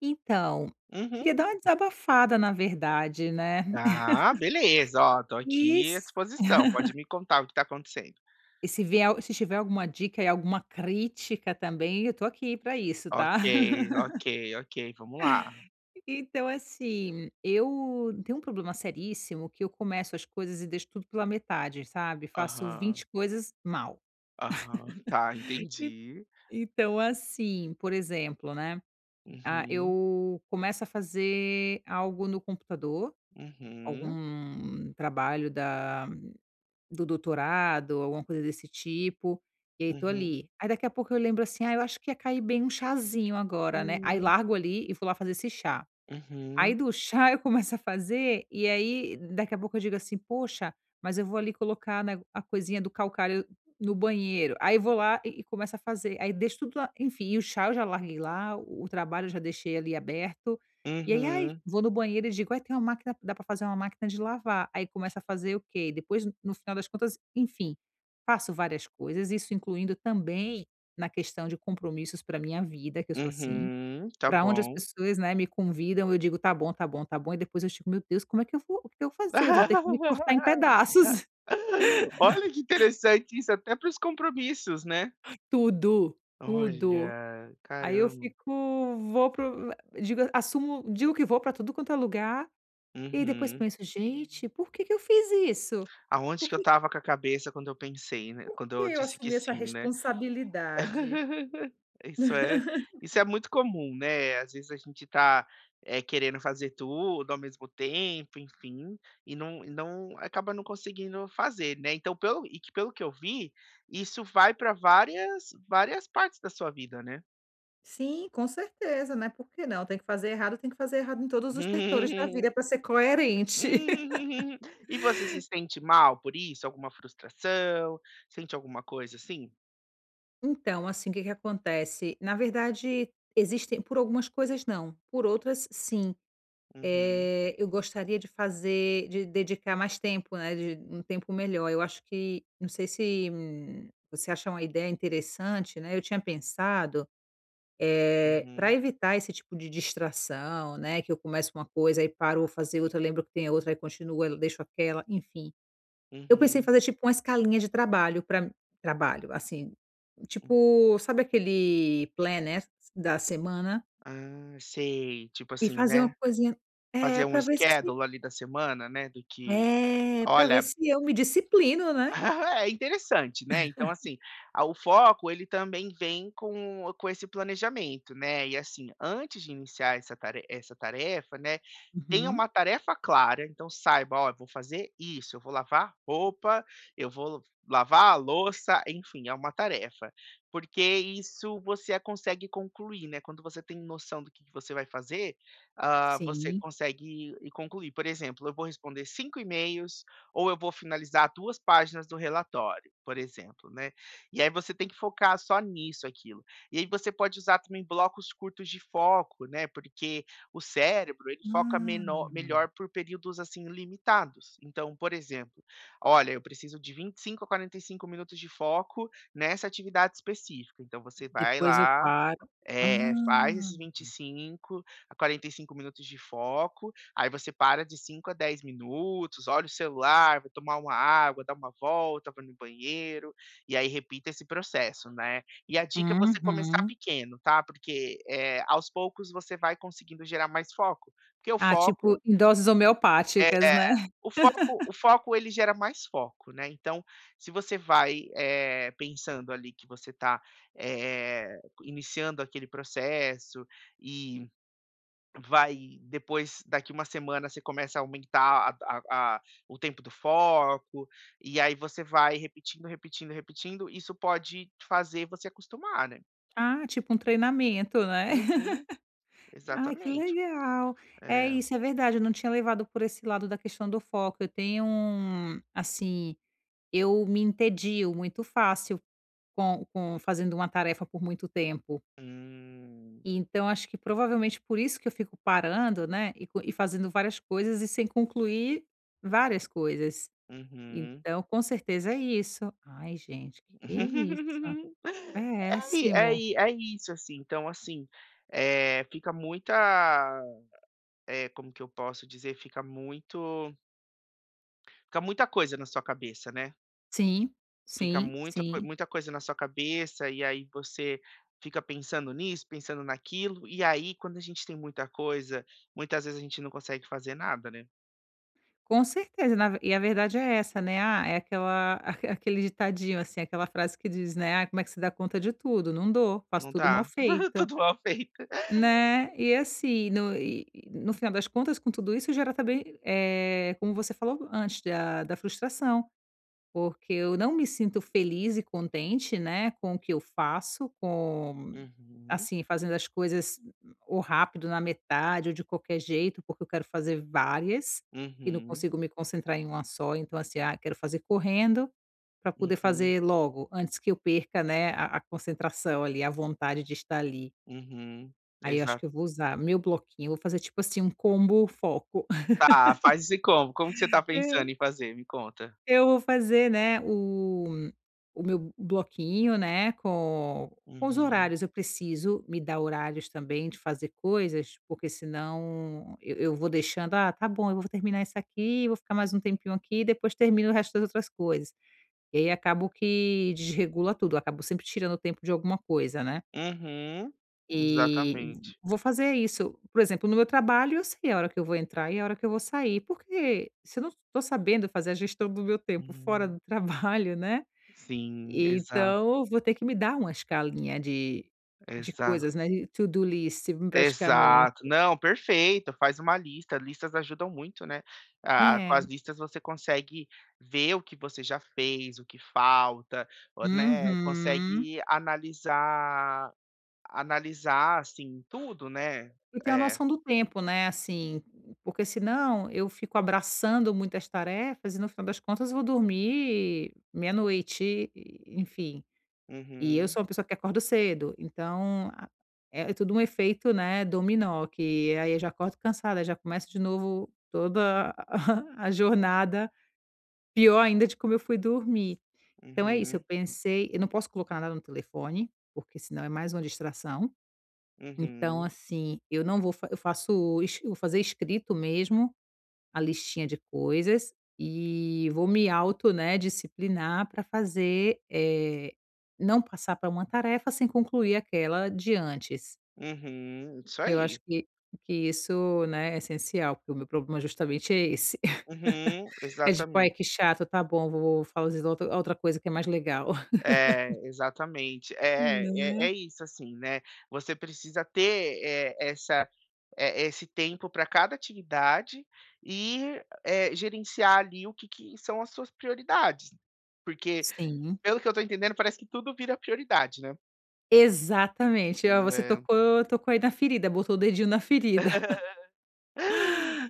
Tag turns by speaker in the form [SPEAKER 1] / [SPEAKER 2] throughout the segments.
[SPEAKER 1] Então, queria
[SPEAKER 2] Uhum.
[SPEAKER 1] dar uma desabafada na verdade, né.
[SPEAKER 2] Ah, beleza, ó, tô
[SPEAKER 1] E
[SPEAKER 2] aqui à
[SPEAKER 1] s
[SPEAKER 2] disposição, pode me contar o que tá acontecendo.
[SPEAKER 1] e se vier al- Se tiver alguma dica e alguma crítica também, eu tô aqui pra isso, tá.
[SPEAKER 2] Ok, ok, ok, vamos lá.
[SPEAKER 1] Então assim, eu tenho um problema seríssimo que eu começo as coisas e deixo tudo pela metade, sabe. Faço
[SPEAKER 2] Aham,
[SPEAKER 1] 20 coisas mal.
[SPEAKER 2] aham, tá,
[SPEAKER 1] E
[SPEAKER 2] entendi.
[SPEAKER 1] então assim, por exemplo, né,
[SPEAKER 2] Uhum,
[SPEAKER 1] eu começo a fazer algo no computador,
[SPEAKER 2] uhum,
[SPEAKER 1] algum trabalho da Do doutorado, alguma coisa desse tipo, e aí tô
[SPEAKER 2] uhum.
[SPEAKER 1] ali. Aí daqui a pouco eu lembro assim: "Ah, eu acho que ia cair bem um chazinho agora, né". Aí
[SPEAKER 2] Hum.
[SPEAKER 1] largo ali e vou lá fazer esse chá. Aí
[SPEAKER 2] Uhum,
[SPEAKER 1] do chá eu começo a fazer, e aí daqui a pouco eu digo assim: "Poxa, mas eu vou ali colocar, né, a coisinha do calcário no banheiro". Aí vou lá e começo a fazer, aí deixo tudo lá enfim, e o chá eu já larguei lá, o trabalho eu já deixei ali aberto, e aí: "Ai",
[SPEAKER 2] uhum,
[SPEAKER 1] vou no banheiro e digo: "Ai, tem uma máquina dá para fazer uma máquina de lavar". Aí começa a fazer o quê? Depois, no final das contas, enfim, faço várias coisas, isso incluindo também na questão de compromissos para minha vida, que eu sou assim.
[SPEAKER 2] uhum, tá
[SPEAKER 1] Pra onde as
[SPEAKER 2] bom.
[SPEAKER 1] pessoas, né, me convidam, eu digo: "Tá bom, tá bom, tá bom", e depois eu digo: "Meu Deus, como é que eu vou o que eu vou fazer? Eu vou ter que me cortar em pedaços".
[SPEAKER 2] Olha que interessante isso até para os compromissos, né.
[SPEAKER 1] Tudo, tudo.
[SPEAKER 2] Olha,
[SPEAKER 1] Aí eu
[SPEAKER 2] caramba.
[SPEAKER 1] fico vou pro digo assumo Digo que vou pra tudo quanto é lugar, e aí depois
[SPEAKER 2] Uhum.
[SPEAKER 1] penso: "Gente, por que que eu fiz isso?
[SPEAKER 2] Aonde
[SPEAKER 1] Por
[SPEAKER 2] que eu
[SPEAKER 1] que
[SPEAKER 2] estava com a cabeça quando eu pensei, né, quando
[SPEAKER 1] que
[SPEAKER 2] eu
[SPEAKER 1] eu
[SPEAKER 2] disse que
[SPEAKER 1] assumi essa
[SPEAKER 2] sim, né.
[SPEAKER 1] responsabilidade?".
[SPEAKER 2] Isso é isso é muito comum, né, às vezes a gente tá, querendo fazer tudo ao mesmo tempo, enfim, e não acaba não conseguindo fazer, né. Então pelo que eu vi, isso vai para várias partes da sua vida, né.
[SPEAKER 1] Sim, com certeza, né, por que não? Tem que fazer errado, tem que fazer errado em todos os setores da vida pra ser coerente.
[SPEAKER 2] Uhum, uhum. E você se sente mal por isso? Alguma frustração? Sente alguma coisa assim?
[SPEAKER 1] Então, assim, o que que acontece? Na verdade, existem por algumas coisas não, por outras sim.
[SPEAKER 2] Uhum,
[SPEAKER 1] Eu gostaria de dedicar mais tempo, né, de um tempo melhor. Eu acho que não sei se, você acha uma ideia interessante, né, eu tinha pensado, para
[SPEAKER 2] uhum.
[SPEAKER 1] evitar esse tipo de distração, né, que eu começo uma coisa, aí paro, vou fazer outra, lembro que tem outra, aí continuo, aí deixo aquela, enfim. Eu pensei em
[SPEAKER 2] Uhum.
[SPEAKER 1] fazer tipo uma escalinha de trabalho para trabalho, assim,
[SPEAKER 2] Hum.
[SPEAKER 1] tipo, sabe aquele planner da semana?
[SPEAKER 2] Ah, sei. Tipo
[SPEAKER 1] E
[SPEAKER 2] assim,
[SPEAKER 1] fazer
[SPEAKER 2] né,
[SPEAKER 1] uma coisinha é,
[SPEAKER 2] fazer um
[SPEAKER 1] para ver se
[SPEAKER 2] schedule ali da semana, né, do que:
[SPEAKER 1] é, para ver
[SPEAKER 2] "Olha,
[SPEAKER 1] se eu me disciplino, né?
[SPEAKER 2] É interessante, né, então assim, a o foco ele também vem com esse planejamento, né, e assim, antes de iniciar essa tarefa, né, tenha
[SPEAKER 1] Uhum,
[SPEAKER 2] uma tarefa clara, então saiba: "Ó, eu vou fazer isso, eu vou lavar roupa, eu vou lavar a louça", enfim, é uma tarefa, porque isso você consegue concluir, né, quando você tem noção do que você vai fazer, você
[SPEAKER 1] sim.
[SPEAKER 2] consegue ir concluir. Por exemplo, eu vou responder 5 e-mails, ou eu vou finalizar duas páginas do relatório, por exemplo, né? E aí você tem que focar só nisso, aquilo. E aí você pode usar também blocos curtos de foco, né? Porque o cérebro, ele foca menor,
[SPEAKER 1] Ah.
[SPEAKER 2] melhor por períodos, assim, limitados. Então, por exemplo, olha, eu preciso de 25 a 45 minutos de foco nessa atividade específica. Então, você vai
[SPEAKER 1] Depois eu
[SPEAKER 2] lá,
[SPEAKER 1] paro. Ah,
[SPEAKER 2] é, faz esses 25 a 45 minutos de foco, aí você para de 5 a 10 minutos, olha o celular, vai tomar uma água, dá uma volta, vai no banheiro, e aí repita esse processo, né. E a dica é você começar
[SPEAKER 1] uhum.
[SPEAKER 2] pequeno, tá, porque, aos poucos você vai conseguindo gerar mais foco, porque
[SPEAKER 1] Ah, tipo em doses
[SPEAKER 2] é,
[SPEAKER 1] homeopáticas,
[SPEAKER 2] é,
[SPEAKER 1] né?
[SPEAKER 2] o foco ele gera mais foco, né, então, se você vai, pensando ali que você está iniciando aquele processo e vai depois daqui uma semana você começa a aumentar a o tempo do foco, e aí você vai repetindo, repetindo, repetindo, isso pode fazer você acostumar, né.
[SPEAKER 1] Ah, tipo um treinamento, né?
[SPEAKER 2] Uhum,
[SPEAKER 1] Ai, que
[SPEAKER 2] exatamente.
[SPEAKER 1] legal. É
[SPEAKER 2] É.
[SPEAKER 1] isso, é verdade, eu não tinha levado por esse lado da questão do foco. Eu tenho um assim, eu me entedio muito fácil com fazendo uma tarefa por muito tempo.
[SPEAKER 2] Hum,
[SPEAKER 1] Então acho que provavelmente por isso que eu fico parando, né, e fazendo várias coisas e sem concluir várias coisas.
[SPEAKER 2] uhum.
[SPEAKER 1] Então, com certeza é isso. Ai gente, que é isso?
[SPEAKER 2] É i é
[SPEAKER 1] Péssimo.
[SPEAKER 2] i é isso, assim. Então, assim, eh, fica muita, como que eu posso dizer? Fica muita coisa na sua cabeça, né.
[SPEAKER 1] Sim,
[SPEAKER 2] Fica
[SPEAKER 1] sim,
[SPEAKER 2] muita coi
[SPEAKER 1] sim.
[SPEAKER 2] muita coisa na sua cabeça, e aí você fica pensando nisso, pensando naquilo, e aí quando a gente tem muita coisa, muitas vezes a gente não consegue fazer nada, né.
[SPEAKER 1] Com certeza, na ve e a verdade é essa, né, ah, é aquela aquele ditadinho, assim, aquela frase que diz, né: "Ai, como é que se dá conta de tudo? Não dou, faço
[SPEAKER 2] Não
[SPEAKER 1] tudo mal
[SPEAKER 2] dá,
[SPEAKER 1] feito",
[SPEAKER 2] tudo mal feito.
[SPEAKER 1] né. E assim, no final das contas, com tudo isso, gera também, como você falou antes, da frustração. Porque eu não me sinto feliz e contente, né, com o que eu faço, com
[SPEAKER 2] Uhum,
[SPEAKER 1] assim, fazendo as coisas ou rápido, na metade, ou de qualquer jeito, porque eu quero fazer várias e não
[SPEAKER 2] uhum,
[SPEAKER 1] consigo me concentrar em uma só. Então, assim, ah, quero fazer correndo para poder
[SPEAKER 2] uhum,
[SPEAKER 1] fazer logo, antes que eu perca, né, a concentração ali, a vontade de estar ali.
[SPEAKER 2] uhum,
[SPEAKER 1] Aí eu acho que
[SPEAKER 2] exato.
[SPEAKER 1] eu vou usar meu bloquinho, eu vou fazer tipo assim um combo foco.
[SPEAKER 2] Tá, faz esse combo. Como que você tá pensando em fazer? Me conta.
[SPEAKER 1] Eu vou fazer, né, o meu bloquinho, né, com os
[SPEAKER 2] Uhum.
[SPEAKER 1] horários. Eu preciso me dar horários também de fazer coisas, porque senão eu vou deixando: "Ah, tá bom, eu vou terminar isso aqui, vou ficar mais um tempinho aqui, depois termino o resto das outras coisas". E aí acabo que desregula tudo, acabo sempre tirando tempo de alguma coisa, né.
[SPEAKER 2] Uhum.
[SPEAKER 1] E
[SPEAKER 2] Exatamente.
[SPEAKER 1] vou fazer isso. Por exemplo, no meu trabalho, eu sei a hora que eu vou entrar e a hora que eu vou sair, porque se eu não estou sabendo fazer a gestão do meu tempo fora
[SPEAKER 2] Hum.
[SPEAKER 1] do trabalho, né,
[SPEAKER 2] Sim, exato,
[SPEAKER 1] então eu vou ter que me dar uma escalinha de
[SPEAKER 2] exa
[SPEAKER 1] coisas, né, de to-do list praticamente.
[SPEAKER 2] exato. Não, perfeito, faz uma lista, listas ajudam muito, né. Ah, com
[SPEAKER 1] É.
[SPEAKER 2] as listas você consegue ver o que você já fez, o que falta, o né,
[SPEAKER 1] Uhum.
[SPEAKER 2] consegue analisar, assim, tudo, né.
[SPEAKER 1] E ter uma
[SPEAKER 2] É.
[SPEAKER 1] noção do tempo, né, assim, porque senão eu fico abraçando muitas tarefas e no final das contas eu vou dormir meia-noite, e enfim. E eu
[SPEAKER 2] Uhum,
[SPEAKER 1] sou uma pessoa que acordo cedo, então a é tudo um efeito, né, dominó, que aí eu já acordo cansada, já começo de novo toda a jornada, pior ainda de como eu fui dormir. Então é isso, eu
[SPEAKER 2] uhum,
[SPEAKER 1] pensei eu não posso colocar nada no telefone, porque senão é mais uma distração. Então,
[SPEAKER 2] uhum,
[SPEAKER 1] assim, eu não vou fa eu faço es eu vou fazer escrito mesmo a listinha de coisas e vou me auto, né, disciplinar para fazer, não passar para uma tarefa sem concluir aquela de antes.
[SPEAKER 2] uhum. Isso
[SPEAKER 1] Eu acho
[SPEAKER 2] aí.
[SPEAKER 1] que que isso, né, é essencial, porque o meu problema justamente é esse.
[SPEAKER 2] Uhum,
[SPEAKER 1] É tipo: "Ai,
[SPEAKER 2] exatamente.
[SPEAKER 1] que chato, tá bom, vou fazer outra coisa que é mais legal".
[SPEAKER 2] É, exatamente. É
[SPEAKER 1] Não é?
[SPEAKER 2] é é isso, assim, né, você precisa ter, esse tempo para cada atividade e, gerenciar ali o que que são as suas prioridades. Porque,
[SPEAKER 1] Sim,
[SPEAKER 2] pelo que eu estou entendendo, parece que tudo vira prioridade, né.
[SPEAKER 1] exatamente. Ó, você
[SPEAKER 2] É.
[SPEAKER 1] tocou aí na ferida, botou o dedinho na ferida.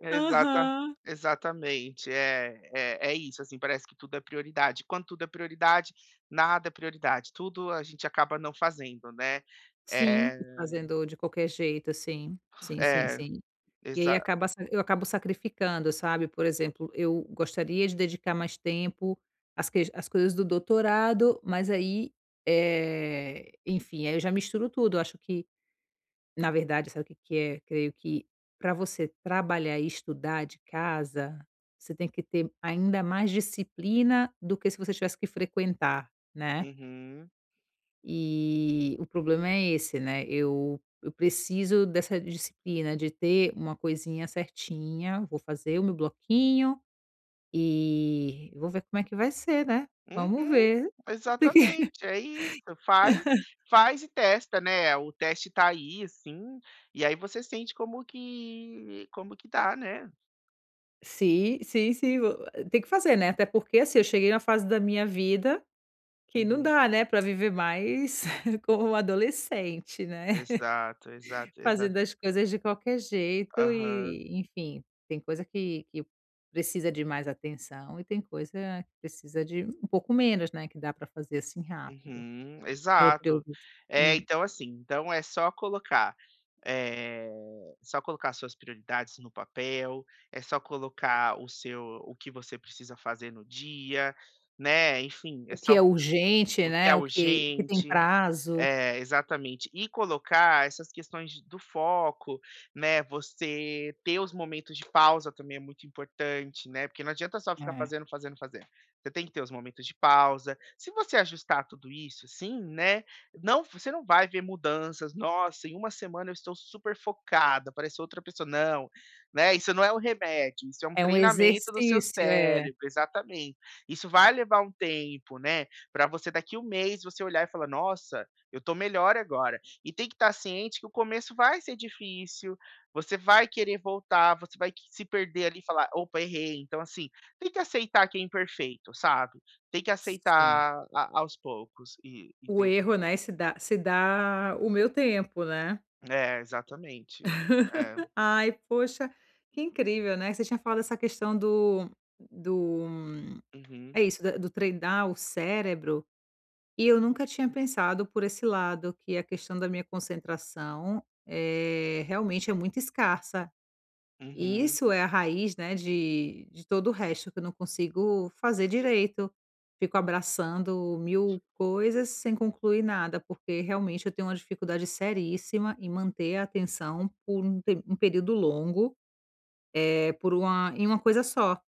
[SPEAKER 2] Exata
[SPEAKER 1] Aham.
[SPEAKER 2] exatamente. É isso, assim, parece que tudo é prioridade. Quando tudo é prioridade, nada é prioridade. Tudo a gente acaba não fazendo, né.
[SPEAKER 1] Sim,
[SPEAKER 2] Eh
[SPEAKER 1] e fazendo de qualquer jeito, assim. Sim, sim,
[SPEAKER 2] É,
[SPEAKER 1] sim. E aí
[SPEAKER 2] exa
[SPEAKER 1] acaba sa eu acabo sacrificando, sabe. Por exemplo, eu gostaria de dedicar mais tempo às coisas do doutorado, mas aí, é enfim, aí eu já misturo tudo. Eu acho que, na verdade, sabe o que que é? Creio que para você trabalhar e estudar de casa, você tem que ter ainda mais disciplina do que se você tivesse que frequentar, né.
[SPEAKER 2] uhum,
[SPEAKER 1] E o problema é esse, né, eu preciso dessa disciplina, de ter uma coisinha certinha, vou fazer o meu bloquinho e vou ver como é que vai ser, né, vamos
[SPEAKER 2] uhum,
[SPEAKER 1] ver. Tem que
[SPEAKER 2] exatamente, é isso, faz faz e testa, né, o teste tá aí, assim, e aí você sente como que dá, né.
[SPEAKER 1] Sim, sim, sim, vou tem que fazer, né, até porque, assim, eu cheguei na fase da minha vida que não
[SPEAKER 2] Uhum.
[SPEAKER 1] dá, né, para viver mais como um adolescente, né.
[SPEAKER 2] Exato, exato, exato.
[SPEAKER 1] Fazendo as coisas de qualquer jeito
[SPEAKER 2] Aham.
[SPEAKER 1] e, enfim, tem coisa que precisa de mais atenção e tem coisa que precisa de um pouco menos, né, que dá para fazer, assim, rápido.
[SPEAKER 2] Uhum,
[SPEAKER 1] Era o
[SPEAKER 2] exato. É,
[SPEAKER 1] hum.
[SPEAKER 2] então assim, então é só colocar, eh, só colocar suas prioridades no papel, é só colocar o que você precisa fazer no dia, né, enfim, é
[SPEAKER 1] O que
[SPEAKER 2] só
[SPEAKER 1] é urgente,
[SPEAKER 2] o que é
[SPEAKER 1] né, o que tem
[SPEAKER 2] urgente,
[SPEAKER 1] prazo.
[SPEAKER 2] é, exatamente. E colocar essas questões de do foco, né, você ter os momentos de pausa também é muito importante, né, porque não adianta só ficar
[SPEAKER 1] É.
[SPEAKER 2] fazendo, fazendo, fazendo. Você tem que ter os momentos de pausa. Se você ajustar tudo isso, assim, né, não você não vai ver mudanças. "Nossa, em uma semana eu estou super focada, parece outra pessoa". Não, né, isso não é um remédio, isso é um
[SPEAKER 1] É um
[SPEAKER 2] treinamento do seu
[SPEAKER 1] exercício, é.
[SPEAKER 2] cérebro, exatamente. Isso vai levar um tempo, né, para você daqui um mês você olhar e falar: "Nossa, eu tô melhor agora. E tem que estar ciente que o começo vai ser difícil, você vai querer voltar, você vai que se perder ali e falar: "Opa, errei". Então, assim, tem que aceitar que é imperfeito, sabe. Tem que
[SPEAKER 1] Sim.
[SPEAKER 2] aceitar a aos poucos e
[SPEAKER 1] O
[SPEAKER 2] entendeu?
[SPEAKER 1] erro, né, se dá o meu tempo, né.
[SPEAKER 2] É, exatamente. É.
[SPEAKER 1] Ai, poxa, que incrível, né. Você tinha falado essa questão do
[SPEAKER 2] Uhum,
[SPEAKER 1] É isso, da do treinar o cérebro, e eu nunca tinha pensado por esse lado, que a questão da minha concentração, realmente é muito escassa. E
[SPEAKER 2] uhum.
[SPEAKER 1] isso é a raiz, né, de todo o resto que eu não consigo fazer direito. Fico abraçando 1.000 coisas sem concluir nada, porque realmente eu tenho uma dificuldade seríssima em manter a atenção por um pe um período longo, é por uma em uma coisa só.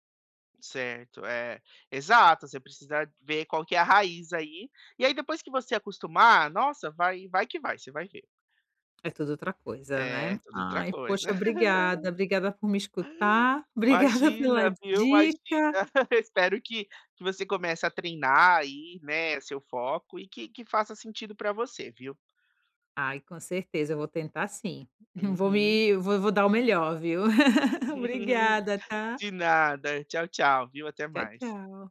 [SPEAKER 2] Certo, é. Exato, você precisa ver qual que é a raiz aí, e aí depois que você acostumar, nossa, vai vai que vai, você vai ver.
[SPEAKER 1] É tudo outra coisa,
[SPEAKER 2] É,
[SPEAKER 1] né.
[SPEAKER 2] toda outra
[SPEAKER 1] Ai,
[SPEAKER 2] coisa.
[SPEAKER 1] poxa, obrigada, obrigada por me escutar, obrigada pela
[SPEAKER 2] Imagina, viu, imagina.
[SPEAKER 1] dica.
[SPEAKER 2] Espero que você comece a treinar aí, né, seu foco e que faça sentido pra você, viu.
[SPEAKER 1] Ai, com certeza, eu vou tentar sim. Vou
[SPEAKER 2] Uhum.
[SPEAKER 1] me vou vou dar o melhor, viu. Obrigada, tá.
[SPEAKER 2] De nada. Tchau, tchau, viu, até
[SPEAKER 1] Tchau,
[SPEAKER 2] mais.
[SPEAKER 1] tchau.